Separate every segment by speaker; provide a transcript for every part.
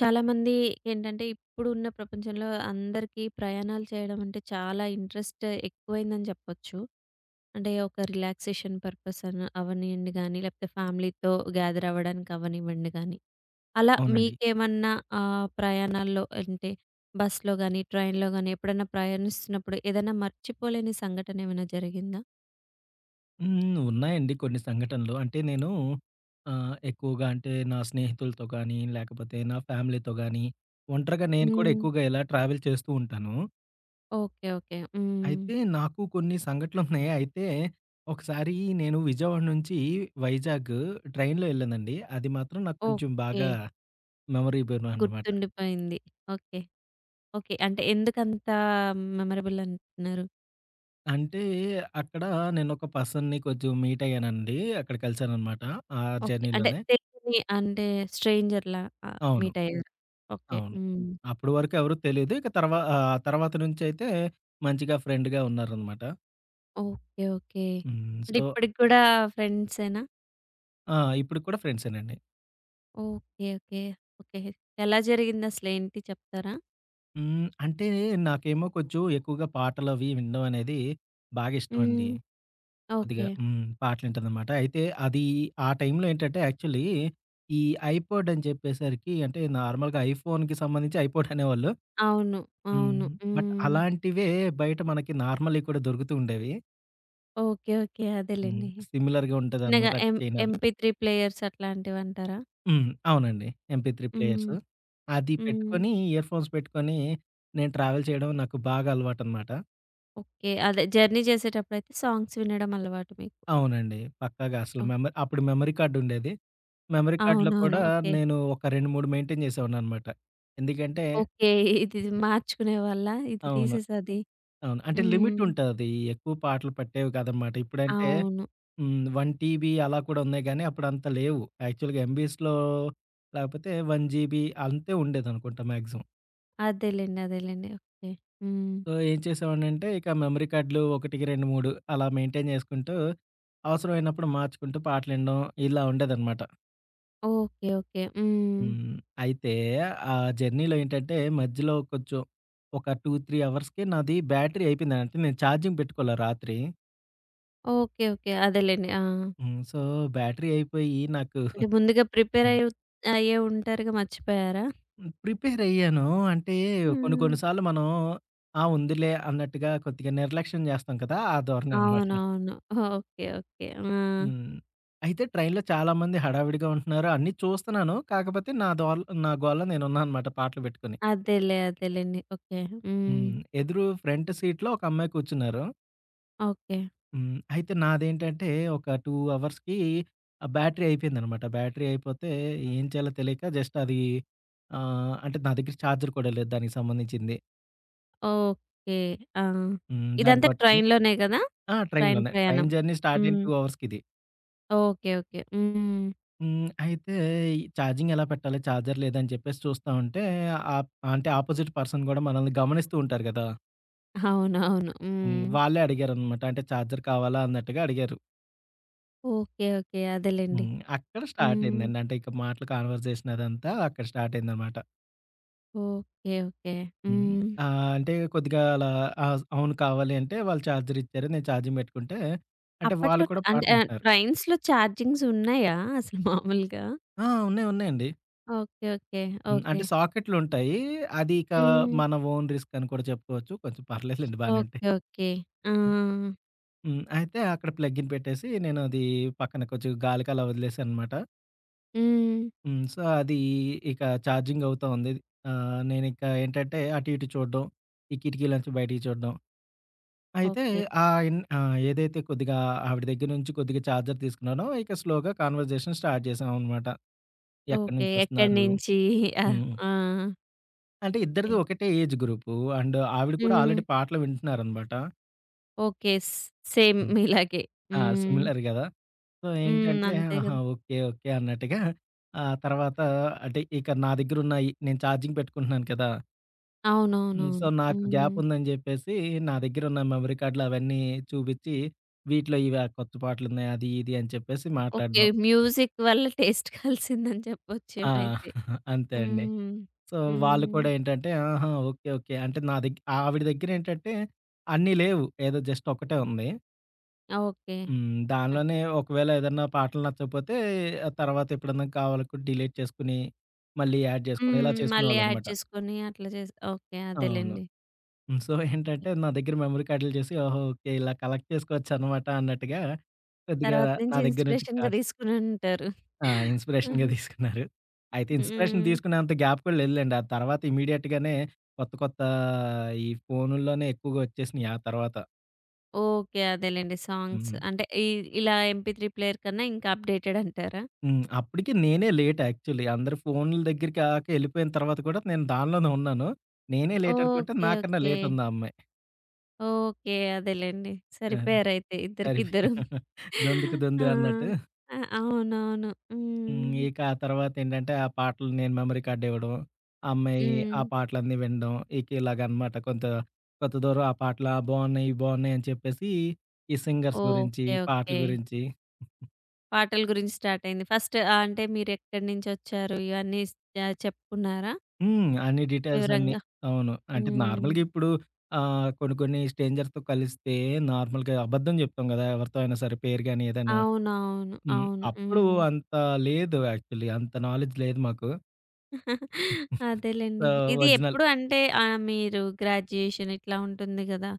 Speaker 1: చాలామంది ఏంటంటే, ఇప్పుడున్న ప్రపంచంలో అందరికీ ప్రయాణాలు చేయడం అంటే చాలా ఇంట్రెస్ట్ ఎక్కువైందని చెప్పొచ్చు. అంటే ఒక రిలాక్సేషన్ పర్పస్ అవ్వనియండి గానీ, లేకపోతే ఫ్యామిలీతో గ్యాదర్ అవ్వడానికి అవ్వనివ్వండి గానీ, అలా
Speaker 2: అవునండి.
Speaker 1: మీకేమన్నా ప్రయాణాల్లో అంటే బస్‌లో గానీ, ట్రైన్‌లో గానీ ఎప్పుడన్నా ప్రయాణిస్తున్నప్పుడు ఏదైనా మర్చిపోలేని సంఘటన ఏమైనా జరిగిందా?
Speaker 2: హ్మ్. ఉన్నాయండి కొన్ని సంఘటనలు. అంటే నేను ఎక్కువగా అంటే నా స్నేహితులతో గానీ, లేకపోతే నా ఫ్యామిలీతో గానీ, ఒంటరిగా నేను కూడా
Speaker 1: హ్మ్.
Speaker 2: ఎక్కువగా ఇలా ట్రావెల్ చేస్తూ ఉంటాను.
Speaker 1: ఓకే. ఓకే. హ్మ్.
Speaker 2: అయితే నాకు కొన్ని సంఘటనలున్నాయి. అయితే ఒకసారి నేను విజయవాడ నుంచి వైజాగ్ ట్రైన్‌లో ఎళ్ళానండి. అది మాత్రం నాకు కొంచెం
Speaker 1: ఓకే.
Speaker 2: బాగా మెమరబుల్ అనమాట.
Speaker 1: గుర్తుండిపోయింది. ఓకే. ఓకే. అంటే ఎందుకంత మెమరబుల్ అంటున్నారు?
Speaker 2: అంటే అక్కడ నేనొక పర్సన్‌ని కొంచెం మీట్ అయ్యానండి. అక్కడ కలిసాననమాట. ఆ
Speaker 1: ఓకే. అంటే
Speaker 2: జర్నీలోనే.
Speaker 1: తెలియని అంటే స్ట్రేంజర్‌లా
Speaker 2: అవును.
Speaker 1: మీట్ అయ్యారు. ఓకే.
Speaker 2: అవును.
Speaker 1: హ్మ్.
Speaker 2: అప్పటి వరకు ఎవరు తెలీదు. ఇక తర్వాత నుంచయితే మంచిగా ఫ్రెండ్‌గా ఉన్నారనమాట.
Speaker 1: ఓకే. ఓకే.
Speaker 2: హ్మ్.
Speaker 1: అంటే
Speaker 2: సో
Speaker 1: ఇప్పటికి కూడా ఫ్రెండ్సేనా?
Speaker 2: ఆ! ఇప్పుడు కూడా ఫ్రెండ్సేనండి.
Speaker 1: ఓకే. ఓకే. ఓకే. ఎలా జరిగిందసలేంటి చెప్తారా?
Speaker 2: హ్మ్. అంటే నాకేమో కొంచెం ఎక్కువగా పాటలవి వినడం అనేది బాగా ఇష్టమండి.
Speaker 1: హ్మ్.
Speaker 2: కొద్దిగా
Speaker 1: ఓకే.
Speaker 2: పాటలింటాననమాట. అయితే అది ఆ టైంలో ఏంటంటే యాక్చువల్లీ ఈ ఐపాడ్ అని చెప్పేసరికి అంటే నార్మల్‌గా ఐఫోన్‌కి సంబంధించి ఐపాడ్ అనేవాళ్ళు.
Speaker 1: అవును. అవును.
Speaker 2: హ్మ్. బట్
Speaker 1: హ్మ్.
Speaker 2: అలాంటివే బయట మనకి నార్మల్‌వి కూడా దొరుకుతూ ఉండేవి.
Speaker 1: ఓకే. ఓకే.
Speaker 2: హ్మ్.
Speaker 1: అదేలెండి.
Speaker 2: సిమిలర్‌గా
Speaker 1: చిన్నగా
Speaker 2: ఉంటదనమాట. అంటే చైన్ అవి.
Speaker 1: ఎంపీ3 ప్లేయర్స్ అట్లాంటివంటారా?
Speaker 2: హ్మ్. అవునండి. ఎంపీ త్రీ
Speaker 1: హ్మ్.
Speaker 2: ప్లేయర్సు. అది
Speaker 1: హ్మ్.
Speaker 2: పెట్టుకొని ఇయర్ ఫోన్స్ పెట్టుకొని నేను ట్రావెల్ చేయడం నాకు బాగా అలవాటనమాట.
Speaker 1: ఓకే. అదే జర్నీ చేసేటప్పుడైతే సాంగ్స్ వినడం అలవాటు మీకు.
Speaker 2: అవునండి. పక్కాగా అసలు అప్పుడు మెమరీ కార్డ్ ఉండేది. మెమరీ కార్డ్‌లో
Speaker 1: అవునవును.
Speaker 2: కూడా
Speaker 1: ఓకే.
Speaker 2: నేను ఒక 2, 3 మెయింటైన్ చేసేవాడిననమాట. ఎందుకంటే
Speaker 1: ఓకే. ఇది మార్చుకునేవాళ్ళా? ఇది
Speaker 2: అవును.
Speaker 1: తీసేసి అది.
Speaker 2: అవును. అంటే
Speaker 1: హ్మ్.
Speaker 2: లిమిట్ ఉంటది. ఎక్కువ పాటలు పట్టేవి కాదనమాట. ఇప్పుడంటే
Speaker 1: అవును.
Speaker 2: 1 టీబీ అలా కూడా ఉన్నాయి గానీ అప్పుడంత లేవు. యాక్చువల్‌గా ఎంబీస్‌లో లేకపోతే 1 జీబీ అంతే ఉండేదనుకుంటా మాక్సిమం.
Speaker 1: అదేలెండి. ఓకే. హ్మ్.
Speaker 2: సో, ఏం చేసేవాడినంటే ఇక మెమరీ కార్డ్‌లు 1, 2, 3 అలా మెయింటైన్ చేసుకుంటూ, అవసరమైనప్పుడు మార్చుకుంటూ పాటలినడం ఇలా ఉండేదనమాట.
Speaker 1: ఓకే. ఓకే. హ్మ్.
Speaker 2: హ్మ్. అయితే ఆ జర్నీలో ఏంటంటే మధ్యలో కొంచెం ఒక 2, 3 అవర్స్‌కి నాది బ్యాటరీ అయిపోయింది. అంటే నేను ఛార్జింగ్ పెట్టుకోలే రాత్రి.
Speaker 1: ఓకే. ఓకే. అదేలెండి. ఆ!
Speaker 2: హ్మ్. సో, బ్యాటరీ అయిపోయి నాకు
Speaker 1: అంటే ముందుగా ప్రిపేర్ అయ్యి అయ్యే ఉంటారుగా మర్చిపోయారా?
Speaker 2: ప్రిపేర్ అయ్యాను. అంటే కొన్ని
Speaker 1: హ్మ్.
Speaker 2: కొన్ని సార్లు మనం ఆ! ఉందిలే అన్నట్టుగా కొద్దిగా నిర్లక్ష్యం చేస్తాం కదా! ఆ ధోరణి అనమాట.
Speaker 1: అవునవును. ఓకే. ఓకే. ఆ!
Speaker 2: హ్మ్. అయితే ట్రైన్‌లో చాలామంది హడావిడిగా ఉంటున్నారు. అన్నీ చూస్తున్నాను. కాకపోతే నా దోల్ నా గోలలో నేనున్నా అనమాట పాటలు పెట్టుకొని.
Speaker 1: అదేలెండి. ఓకే. హ్మ్.
Speaker 2: హ్మ్. ఎదురు ఫ్రంట్ సీట్‌లో ఒక అమ్మాయి కూర్చున్నారు.
Speaker 1: ఓకే.
Speaker 2: హ్మ్. అయితే నాదేంటంటే ఒక 2 అవర్స్‌కి ఆ బ్యాటరీ అయిపోయిందనమాట. బ్యాటరీ అయిపోతే ఏం చేయాలో తెలియక జస్ట్ అది అంటే నా దగ్గర చార్జర్ కూడా లేదు దానికి సంబంధించింది.
Speaker 1: ఓకే. ఆ!
Speaker 2: హ్మ్. దాన్ని
Speaker 1: ఇదంతా
Speaker 2: పట్టుకొని
Speaker 1: ట్రైన్‌లోనే గదా?
Speaker 2: ఆ!
Speaker 1: ట్రైన్
Speaker 2: ట్రైన్‌లోనే.
Speaker 1: ప్రయాణం.
Speaker 2: ట్రైన్ జర్నీ స్టార్ట్ అయిన
Speaker 1: హ్మ్.
Speaker 2: 2 అవర్స్‌కిది.
Speaker 1: ఓకే. ఓకే. హ్మ్.
Speaker 2: హ్మ్. అయితే ఛార్జింగ్ ఎలా పెట్టాలి? ఛార్జర్ లేదని చెప్పేసి చూస్తా ఉంటే ఆప్ అంటే ఆపోజిట్ పర్సన్ గూడా మనల్ని గమనిస్తూ ఉంటారు గదా!
Speaker 1: అవునవును.
Speaker 2: హ్మ్.
Speaker 1: హ్మ్.
Speaker 2: వాళ్ళే అడిగారనమాట. అంటే ఛార్జర్ కావాలా అన్నట్టుగా అడిగారు.
Speaker 1: ఓకే. ఓకే. అదేలెండి.
Speaker 2: హ్మ్. అక్కడ స్టార్ట్
Speaker 1: హ్మ్.
Speaker 2: అయిందండి. అంటే ఇక మాటలు కాన్వర్జేషన్ అదంతా అక్కడ స్టార్ట్ అయిందనమాట.
Speaker 1: ఓకే. ఓకే.
Speaker 2: హ్మ్.
Speaker 1: హ్మ్.
Speaker 2: అంటే కొద్దిగా అలా ఆ! అవును కావాలి అంటే వాళ్ళు ఛార్జర్ ఇచ్చారు. నేను ఛార్జింగ్ పెట్టుకుంటే అంటే వాళ్ళు
Speaker 1: అప్పట్లో
Speaker 2: కూడా
Speaker 1: అంటే
Speaker 2: పాటలు వింటున్నారు.
Speaker 1: ట్రైన్స్‌లో చార్జింగ్స్ ఉన్నాయా అసలు మామూలుగా?
Speaker 2: ఆ! ఉన్నాయి ఉన్నాయండి.
Speaker 1: ఓకే. ఓకే.
Speaker 2: హ్మ్.
Speaker 1: ఓకే.
Speaker 2: అంటే సాకెట్లుంటాయి. అది ఇక
Speaker 1: హ్మ్.
Speaker 2: మన ఓన్ రిస్క్ అని కూడా చెప్పుకోవచ్చు. కొంచెం పర్లేదులెండి బానే ఉంటాయి.
Speaker 1: ఓకే. ఓకే. ఆ!
Speaker 2: హ్మ్. అయితే అక్కడ ప్లగ్గిన్ పెట్టేసి నేను అది పక్కన కొంచెం గాలికలా వదిలేసాననమాట.
Speaker 1: హ్మ్.
Speaker 2: హ్మ్. సో, అది ఇక ఛార్జింగ్ అవుతా ఉంది. నేనింక ఏంటంటే అటు ఇటు చూడడం, ఈ కిటికీలోంచి బయటికి చూడడం. అయితే
Speaker 1: ఓకే.
Speaker 2: ఏదైతే కొద్దిగా ఆవిడ దగ్గర నుంచి కొద్దిగా ఛార్జర్ తీసుకున్నానో ఇక స్లోగా కన్వర్జేషన్ స్టార్ట్ చేశామనమాట. ఎక్కడి
Speaker 1: ఓకే. ఎక్కడి
Speaker 2: నుంచొస్తున్నారు?
Speaker 1: నుంచి ఆ!
Speaker 2: హ్మ్.
Speaker 1: ఆ!
Speaker 2: అంటే ఇద్దరిది
Speaker 1: ఓకే.
Speaker 2: ఒకటే ఏజ్ గ్రూపు. అండ్ ఆవిడ కూడా
Speaker 1: హ్మ్.
Speaker 2: ఆల్రెడీ పాటలు వింటున్నారనమాట.
Speaker 1: ఓకే. సేమ్ మీలాగే.
Speaker 2: ఆ!
Speaker 1: హ్మ్.
Speaker 2: సిమిలర్ గదా! సో,
Speaker 1: హ్మ్.
Speaker 2: ఏంటంటే
Speaker 1: అంతే
Speaker 2: ఆహా!
Speaker 1: గదా!
Speaker 2: ఓకే. ఓకే. అన్నట్టుగా ఆ తర్వాత అంటే ఇక నా దగ్గరున్నాయి. నేను ఛార్జింగ్ పెట్టుకుంటున్నాను కదా! హ్మ్. సో,
Speaker 1: అవునవునవును.
Speaker 2: నాకు గ్యాప్
Speaker 1: హ్మ్.
Speaker 2: ఉందని జెప్పేసి నా దగ్గరున్న మెమరీ కార్డ్‌లు అవన్నీ చూపిచ్చి వీటిలో ఇవి ఆ కొత్త పాటలున్నాయి. అది ఇది అని చెప్పేసి
Speaker 1: ఓకే.
Speaker 2: మాట్లాడడం.
Speaker 1: మ్యూజిక్ వల్ల టేస్ట్ కలిసిందని
Speaker 2: ఆ!
Speaker 1: చెప్పొచ్చేమో అయితే.
Speaker 2: అంతే అండి.
Speaker 1: హ్మ్.
Speaker 2: సో, వాళ్ళు
Speaker 1: హ్మ్.
Speaker 2: కూడా ఏంటంటే ఆహా! ఓకే. ఓకే. అంటే నా దగ్గ ఆవిడ దగ్గరేంటంటే అన్నీ లేవు. ఏదో జస్ట్ ఒకటే ఉంది.
Speaker 1: ఓకే.
Speaker 2: హ్మ్.
Speaker 1: ఆ!
Speaker 2: దానిలోనే ఒకవేళ ఏదన్నా పాటలు నచ్చకపోతే ఆ తర్వాత ఎప్పుడన్నా కావాలనుకుంటే డిలీట్ చేసుకొని, మళ్ళీ యాడ్ జేసుకోవడం ఇలా
Speaker 1: హ్మ్. మళ్ళీ యాడ్
Speaker 2: చేసుకునేవాళ్ళనమాట.
Speaker 1: చేసుకొని అట్లా చేసి ఓకే.
Speaker 2: అవును.
Speaker 1: అదేలెండి.
Speaker 2: హ్మ్. సో, ఏంటంటే నా దగ్గర మెమరీ కార్డులు చేసి ఓహో! ఓకే. ఇలా కలెక్ట్ చేసుకోవచ్చనమాట అన్నట్టుగా కొద్దిగా
Speaker 1: తర్వాత
Speaker 2: నా
Speaker 1: నుంచి
Speaker 2: దగ్గర నుంచి
Speaker 1: ఇన్‌స్పిరేషన్‌గా
Speaker 2: కార్డ్స్
Speaker 1: తీసుకునుంటారు.
Speaker 2: ఆ! ఇన్స్‌పిరేషన్‌గా
Speaker 1: ఆహా!
Speaker 2: తీసుకున్నారు. అయితే ఇన్స్‌పిరేషన్
Speaker 1: హ్మ్.
Speaker 2: తీసుకునేంత గ్యాప్ కూడా లేదులెండి. ఆ తర్వాత ఇమ్మీడియేట్‌గానే కొత్త కొత్త ఈ ఫోనుల్లోనే ఎక్కువగా వచ్చేసినియి ఆ తర్వాత.
Speaker 1: ఓకే. అదేలెండి. సాంగ్స్
Speaker 2: హ్మ్.
Speaker 1: అంటే ఈ ఇలా ఎంపీ3 ప్లేయర్ కన్నా ఇంకా అప్‌డేటెడ్ అంటారా?
Speaker 2: హ్మ్. అప్పటికి నేనే లేట్ యాక్చువల్లీ. అందరు ఫోనుల దగ్గరికి ఎళ్ళిపోయిన తర్వాత కూడా నేను దానిలోనే ఉన్నాను. నేనే లేట్ అనుకుంటే
Speaker 1: ఓకే.
Speaker 2: నాకన్నా
Speaker 1: ఓకే.
Speaker 2: లేట్ ఉంది ఆ అమ్మాయి.
Speaker 1: ఓకే. అదేలెండి.
Speaker 2: ఆ!
Speaker 1: సరిపోయారైతే
Speaker 2: సరిపోయి
Speaker 1: ఇద్దరికిద్దరు.
Speaker 2: దొందుకు
Speaker 1: ఆ!
Speaker 2: దొందు అన్నట్టు.
Speaker 1: ఆ! అవునవును.
Speaker 2: హ్మ్.
Speaker 1: హ్మ్.
Speaker 2: ఇక ఆ తర్వాతేంటంటే ఆ పాటలు నేను మెమరీ కార్డ్ ఇవ్వడం. ఆ అమ్మాయి ఆ
Speaker 1: హ్మ్.
Speaker 2: పాటలన్నీ వినడం. ఇక ఇలాగనమాట కొంత కొంత దూరం ఆ పాటలు ఆ! బావున్నాయి, ఇవి బావున్నాయి అని చెప్పేసి ఈ సింగర్స్ గురించి,
Speaker 1: ఓకే.
Speaker 2: పాటల
Speaker 1: ఓకే.
Speaker 2: గురించి
Speaker 1: పాటల గురించి స్టార్ట్ అయింది. ఫస్ట్ అంటే మీరెక్కడి నుంచొచ్చారు ఇవన్నీ చెప్పుకున్నారా
Speaker 2: హ్మ్. అన్ని డీటెయిల్స్ అన్నీ.
Speaker 1: వివరంగా?
Speaker 2: అవును. అంటే
Speaker 1: హ్మ్.
Speaker 2: నార్మల్‌గా ఇప్పుడు కొన్ని కొన్ని స్ట్రేంజర్స్‌తో కలిస్తే నార్మల్‌గా అబద్ధం చెప్తాం గదా! ఎవరితో అయినా సరే పేరు గాని ఏదైనా.
Speaker 1: అవునవును.
Speaker 2: హ్మ్.
Speaker 1: అవును.
Speaker 2: అప్పుడు
Speaker 1: హ్మ్.
Speaker 2: అంత లేదు యాక్చువల్లీ. అంత నాలెడ్జ్ లేదు మాకు. సో,
Speaker 1: అదేలెండి. ఇది
Speaker 2: ఒరిజినల్
Speaker 1: ఎప్పుడు అంటే మీరు గ్రాడ్యుయేషన్ ఇట్లా ఉంటుంది గదా!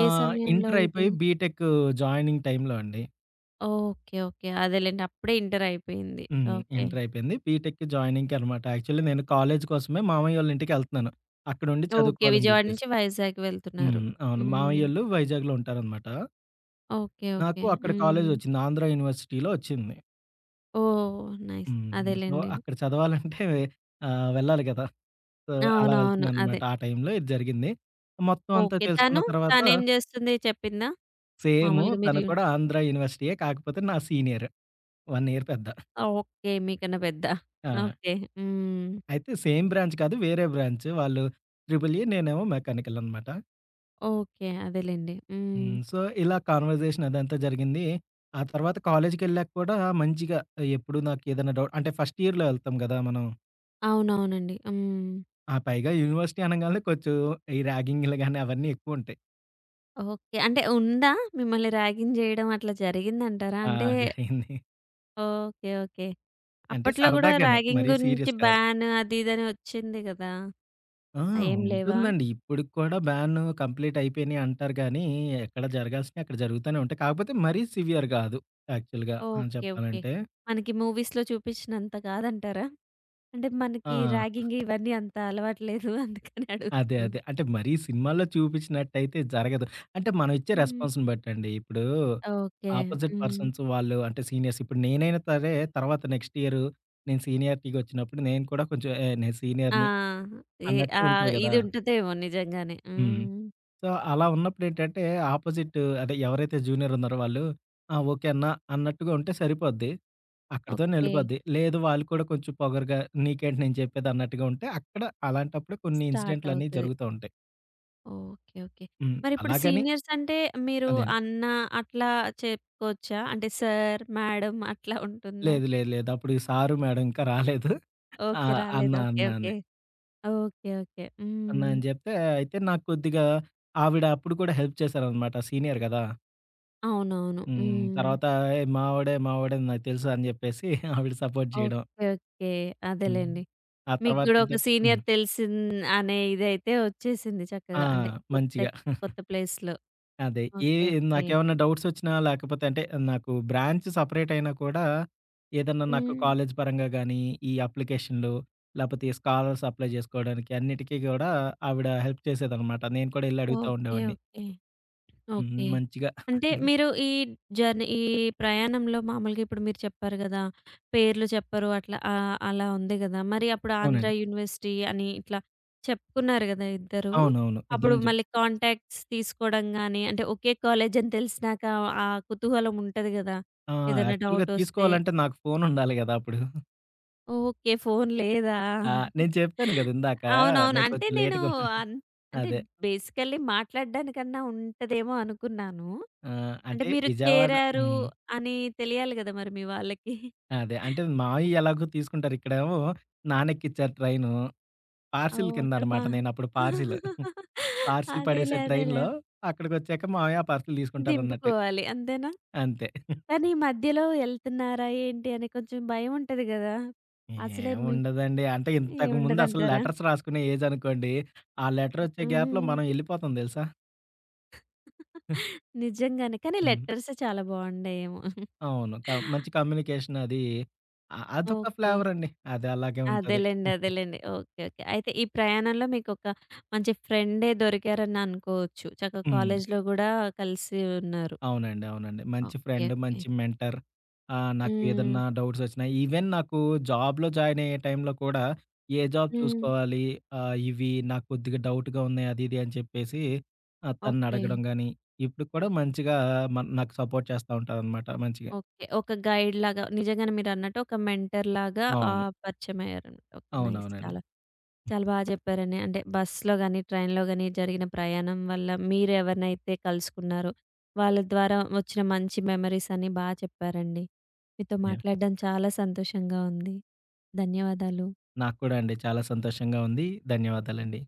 Speaker 2: ఆ!
Speaker 1: ఏ సమయంలో
Speaker 2: ఇంటర్
Speaker 1: ఇది?
Speaker 2: అయిపోయి బీటెక్ జాయినింగ్ టైమ్‌లో అండి.
Speaker 1: ఓకే. ఓకే. అదేలెండి. అప్పుడే ఇంటర్ అయిపోయింది.
Speaker 2: హ్మ్.
Speaker 1: ఓకే.
Speaker 2: ఇంటర్ అయిపోయింది. బీటెక్ జాయినింగ్‌కి అనమాట. యాక్చువల్లీ నేను కాలేజీ కోసమే మామయ్యోళ్ళ ఇంటికెళ్తున్నాను. అక్కడుండి
Speaker 1: ఓకే.
Speaker 2: చదువుకోవాలని
Speaker 1: విజయవాడ
Speaker 2: జెప్పేసి.
Speaker 1: నుంచి వైజాగ్ వెళ్తున్నారు.
Speaker 2: హ్మ్. అవును.
Speaker 1: హ్మ్.
Speaker 2: మామయ్యోళ్ళు వైజాగ్‌లో ఉంటారనమాట.
Speaker 1: ఓకే. ఓకే.
Speaker 2: నాకు అక్కడ
Speaker 1: హ్మ్.
Speaker 2: కాలేజొచ్చింది. ఆంధ్ర యూనివర్సిటీలో వచ్చింది.
Speaker 1: ఓహ్! నైస్.
Speaker 2: హ్మ్. సో,
Speaker 1: అదేలెండి.
Speaker 2: అక్కడ చదవాలంటే వెళ్ళాలి కదా! సో, అలా
Speaker 1: అవునవును. అదే.
Speaker 2: వెళ్తున్నాననమాట. ఆ టైంలో ఇది జరిగింది. మొత్తం అంతా
Speaker 1: ఓకే.
Speaker 2: తెలుసుకున్న
Speaker 1: తను?
Speaker 2: తర్వాత
Speaker 1: తనేం జేస్తుంది చెప్పిందా?
Speaker 2: సేము
Speaker 1: మామూలుగా
Speaker 2: తను
Speaker 1: మీరు
Speaker 2: కూడా ఆంధ్ర యూనివర్సిటీయే. కాకపోతే నా సీనియర్. 1 ఇయర్ పెద్ద.
Speaker 1: ఓకే. మీకన్నా పెద్ద.
Speaker 2: ఆ!
Speaker 1: ఓకే. హ్మ్.
Speaker 2: అయితే సేమ్ బ్రాంచ్ కాదు. వేరే బ్రాంచ్. వాళ్ళు ట్రిపుల్ ఈ నేనేమో మెకానికల్ అనమాట.
Speaker 1: ఓకే. అదేలెండి. హ్మ్.
Speaker 2: హ్మ్. సో, ఇలా కాన్వర్జేషన్ అదంతా జరిగింది. ఆ తర్వాత కాలేజ్‌కెళ్ళాక కూడా మంచిగా ఎప్పుడు నాకేదైనా డౌట్ అంటే ఫస్ట్ ఇయర్‌లో వెళ్తాం గదా! మనం.
Speaker 1: అవునవునండి. హ్మ్.
Speaker 2: ఆ పైగా యూనివర్సిటీ అనంగాల్నే కొంచెం ఈ ర్యాగింగ్‌లు గాని అవన్నీ ఎక్కువుంటాయి.
Speaker 1: ఓకే. అంటే ఉందా? మిమ్మల్ని ర్యాగింగ్ జేయడం అట్లా జరిగిందంటారా?
Speaker 2: ఆ!
Speaker 1: అంటే
Speaker 2: జరిగింది.
Speaker 1: ఓకే. ఓకే.
Speaker 2: అంటే
Speaker 1: అప్పట్లో గూడా
Speaker 2: సరదాగానే
Speaker 1: ర్యాగింగ్
Speaker 2: మరీ
Speaker 1: గురించి
Speaker 2: సీరియస్ కాదు.
Speaker 1: బ్యాన్ అది ఇదని ఒచ్చింది గదా!
Speaker 2: ఆ!
Speaker 1: అయేం లేవా?
Speaker 2: ఉంటుందండి. ఇప్పటికి కూడా బ్యాన్ కంప్లీట్ అయిపోయినాయి అంటారు గానీ, ఎక్కడ జరగాల్సినయి అక్కడ జరుగుతూనే ఉంటాయి. కాకపోతే మరీ సివియర్ గాదు యాక్చువల్‌గా ఆ!
Speaker 1: ఓకే. ఓకే.
Speaker 2: చెప్పాలంటే.
Speaker 1: మనకి మూవీస్‌లో చూపించినంత కాదంటారా? అంటే
Speaker 2: ఆ!
Speaker 1: మనకి ర్యాగింగ్ ఇవన్నీ అంత అలవాటు లేదు. అందుకని
Speaker 2: అదే.
Speaker 1: అడుగుతున్నా.
Speaker 2: అదే. అంటే మరీ సినిమాల్లో చూపించినట్టయితే జరగదు. అంటే మనం ఇచ్చే
Speaker 1: హ్మ్.
Speaker 2: రెస్పాన్స్‌ని బట్టండి. ఇప్పుడు
Speaker 1: ఓకే.
Speaker 2: ఆపోజిట్
Speaker 1: హ్మ్.
Speaker 2: పర్సన్స్ వాళ్ళు అంటే సీనియర్స్ ఇప్పుడు నేనైనా సరే తర్వాత నెక్స్ట్ ఇయర్ నేను సీనియారిటీ‌గా వచ్చినప్పుడు నేను కూడా కొంచెం నేను
Speaker 1: ఆ!
Speaker 2: సీనియర్‌ని
Speaker 1: ఏ
Speaker 2: అన్నట్టు
Speaker 1: ఆ!
Speaker 2: ఉంటది గదా!
Speaker 1: ఇది ఉంటదేమో నిజంగానే.
Speaker 2: హ్మ్.
Speaker 1: హ్మ్.
Speaker 2: సో, అలా ఉన్నప్పుడేంటంటే, ఆపోజిట్ అదే ఎవరైతే జూనియర్ ఉన్నారో వాళ్ళు, "ఆ! ఓకే అన్న" అన్నట్టుగా ఉంటే సరిపోద్ది. అక్కడితోనే
Speaker 1: ఓకే.
Speaker 2: ఎళ్ళిపోద్ది. లేదు వాళ్ళు కూడా కొంచెం పొగరుగా, "నీకేంటి నేను చెప్పేది" అన్నట్టుగా ఉంటే, అక్కడ అలాంటప్పుడు కొన్ని
Speaker 1: స్టార్ట్
Speaker 2: ఇన్సిడెంట్‌లనేవి
Speaker 1: అవుతది.
Speaker 2: జరుగుతా ఉంటాయి.
Speaker 1: ఓకే. ఓకే.
Speaker 2: హ్మ్.
Speaker 1: మరిప్పుడు
Speaker 2: అలాగని
Speaker 1: సీనియర్స్ అంటే మీరు
Speaker 2: అదే.
Speaker 1: అన్న అట్లా చెప్పుకోవచ్చా? అంటే సార్, మేడం అట్లా ఉంటుందా?
Speaker 2: లేదు, లేదు, లేదు. అప్పుడు సారు, మేడం ఇంకా రాలేదు. ఆ!
Speaker 1: ఓకే.
Speaker 2: అన్న,
Speaker 1: రాలేదు. ఓకే.
Speaker 2: అన్న
Speaker 1: ఓకే.
Speaker 2: అనే.
Speaker 1: ఓకే. ఓకే.
Speaker 2: అన్న
Speaker 1: హ్మ్.
Speaker 2: అని చెప్తే, అయితే నాకు కొద్దిగా ఆవిడ అప్పుడు కూడా హెల్ప్ చేశారనమాట. సీనియర్ కదా!
Speaker 1: అవునవును.
Speaker 2: హ్మ్.
Speaker 1: హ్మ్.
Speaker 2: తర్వాత "ఏయ్! మావోడే, మావోడే నాకు తెలుసు" అని చెప్పేసి ఆవిడ సపోర్ట్ చేయడం.
Speaker 1: ఓకే. ఓకే.
Speaker 2: హ్మ్.
Speaker 1: అదేలెండి.
Speaker 2: ఆ
Speaker 1: మీకు గూడా ఒక
Speaker 2: తర్వాతేంటంటే హ్మ్.
Speaker 1: సీనియర్ అనే ఇదైతే వచ్చేసింది
Speaker 2: ఆ!
Speaker 1: చక్కగా. అంటే కొత్త
Speaker 2: మంచిగా.
Speaker 1: కొత్త ప్లేస్‌లో.
Speaker 2: అదే. ఏ
Speaker 1: ఓకే. ఓకే.
Speaker 2: నాకేమన్నా డౌట్సొచ్చినా లేకపోతే అంటే నాకు బ్రాంచ్ సెపరేట్ అయినా కూడా ఏదన్నా నాకు
Speaker 1: హ్మ్.
Speaker 2: కాలేజ్ పరంగా గానీ, ఈ అప్లికేషన్‌లు లేపోతే ఈ స్కాలర్స్ అప్లై జేసుకోవడానికి అన్నిటికి గూడా ఆవిడ హెల్ప్ చేసేదనమాట. నేను కూడా ఎళ్లి అడుగుతా
Speaker 1: ఓకే.
Speaker 2: ఉండేవాడిని.
Speaker 1: ఓకే.
Speaker 2: హ్మ్.
Speaker 1: ఓకే.
Speaker 2: మంచిగా
Speaker 1: అంటే మీరు ఈ ప్రయాణంలో మామూలుగా ఇప్పుడు మీరు చెప్పారు గదా! పేర్లు చెప్పరు అట్లా అలా ఉంది గదా! మరి అప్పుడు ఆంధ్ర
Speaker 2: అవునండి.
Speaker 1: యూనివర్సిటీ అని ఇట్లా చెప్పుకున్నారు గదా! ఇద్దరు.
Speaker 2: అవునవును.
Speaker 1: అప్పుడు
Speaker 2: ఎదురుంగా
Speaker 1: మళ్ళీ కాంటాక్ట్స్ తీసుకోవడం గాని, అంటే ఒకే కాలేజ్ అని తెలిసినాక ఆ కుతూహలం ఉంటది గదా!
Speaker 2: ఆ!
Speaker 1: ఏదైనా
Speaker 2: యాక్చువల్‌గా
Speaker 1: డౌటొస్తే.
Speaker 2: తీసుకోవాలంటే నాకు ఫోనుండాలి గదా! అప్పుడు.
Speaker 1: ఓకే. ఫోను లేదా?
Speaker 2: ఆ! నేను చెప్పాను గదా! ఇందాక
Speaker 1: అవునవును.
Speaker 2: నేను
Speaker 1: అంటే
Speaker 2: కొంచెం
Speaker 1: నేను
Speaker 2: లేట్‌గా ఉన్నాను.
Speaker 1: అన్ అంటే
Speaker 2: అదే.
Speaker 1: బేసికల్లీ మాట్లాడడానికన్నా ఉంటదేమో అనుకున్నాను.
Speaker 2: ఆ!
Speaker 1: అంటే
Speaker 2: అంటే
Speaker 1: మీరు
Speaker 2: విజయవాడ
Speaker 1: చేరారు
Speaker 2: హ్మ్.
Speaker 1: అని తెలియాలి గదా! మరి మీ వాళ్ళకి.
Speaker 2: అదే. అంటే మావి ఎలాగో తీసుకుంటారు. ఇక్కడేమో నానెక్కిచ్చారు ట్రైను. పార్సిల్
Speaker 1: ఓహ్! అక్కడ మా
Speaker 2: కిందనమాట. నేనప్పుడు పార్సిల్. పార్సిల్ పడేసే
Speaker 1: అదేలే.
Speaker 2: ట్రైన్‌లో అక్కడికొచ్చాక మావయ్య ఆ పార్సిల్ తీసుకుంటారన్నట్టు.
Speaker 1: దింపుకోవాలి అంతేనా?
Speaker 2: అంతే.
Speaker 1: కానీ ఈ మధ్యలో ఎళ్తున్నారా ఏంటి అని కొంచెం భయం ఉంటది గదా! అసలే మీ
Speaker 2: ఏముండదండి. అంటే ఇంతకుముందు అసలు
Speaker 1: ఉండదంటారా?
Speaker 2: లెటర్స్ రాసుకునే ఏజ్ అనుకోండి. ఆ లెటరొచ్చే గ్యాప్‌లో
Speaker 1: హ్మ్.
Speaker 2: మనం ఎళ్ళిపోతాం తెలుసా?
Speaker 1: నిజంగానే. కానీ
Speaker 2: హ్మ్.
Speaker 1: లెటర్స్ చాలా బావుండేయేమో.
Speaker 2: అవును. మంచి కమ్యూనికేషన్ అది. అదొక
Speaker 1: ఓకే.
Speaker 2: ఫ్లేవరండి. అది అలాగే ఉంటది.
Speaker 1: అదేలెండి. ఓకే. ఓకే. అయితే ఈ ప్రయాణంలో మీకొక మంచి ఫ్రెండే దొరికారని అనుకోవచ్చు. చక్కగా
Speaker 2: హ్మ్.
Speaker 1: కాలేజీలో గూడా కలిసి ఉన్నారు.
Speaker 2: అవునండి. అవునండి. మంచి
Speaker 1: ఓకే.
Speaker 2: Friend,
Speaker 1: okay.
Speaker 2: మంచి మెంటర్. ఆహ్, నాకు
Speaker 1: హ్మ్.
Speaker 2: ఏదన్నా డౌట్స్ ఒచ్చినా ఈవెన్ నాకు జాబ్‌లో జాయిన్ అయ్యే టైంలో కూడా ఏ జాబ్
Speaker 1: హ్మ్.
Speaker 2: చూసుకోవాలి? ఇవి నాకు కొద్దిగా డౌట్‌గా ఉన్నాయి అది, ఇది అని చెప్పేసి
Speaker 1: ఓకే.
Speaker 2: తననడగడం గాని, ఇప్పుడు కూడా మంచిగా నాకు సపోర్ట్ చేస్తా ఉంటారనమాట మంచిగా.
Speaker 1: ఓకే. ఒక గైడ్‌లాగా నిజంగానే మీరన్నట్టు ఒక మెంటర్‌లాగా
Speaker 2: అవును.
Speaker 1: పరిచయమయ్యారనమాట. ఓకే. నైస్.
Speaker 2: అవునవునండి.
Speaker 1: చాలా బా చెప్పారండి. అంటే బస్‌లో గాని, ట్రైన్‌లో గాని జరిగిన ప్రయాణం వల్ల మీరెవరినైతే కలుసుకున్నారో, వాళ్ళ ద్వారా వచ్చిన మంచి మెమరీస్ అని బా చెప్పారండి. మీతో
Speaker 2: యాహ్!
Speaker 1: మాట్లాడడం చాలా సంతోషంగా ఉంది. ధన్యవాదాలు.
Speaker 2: నాకు కూడా అండి చాలా సంతోషంగా ఉంది. ధన్యవాదాలండి.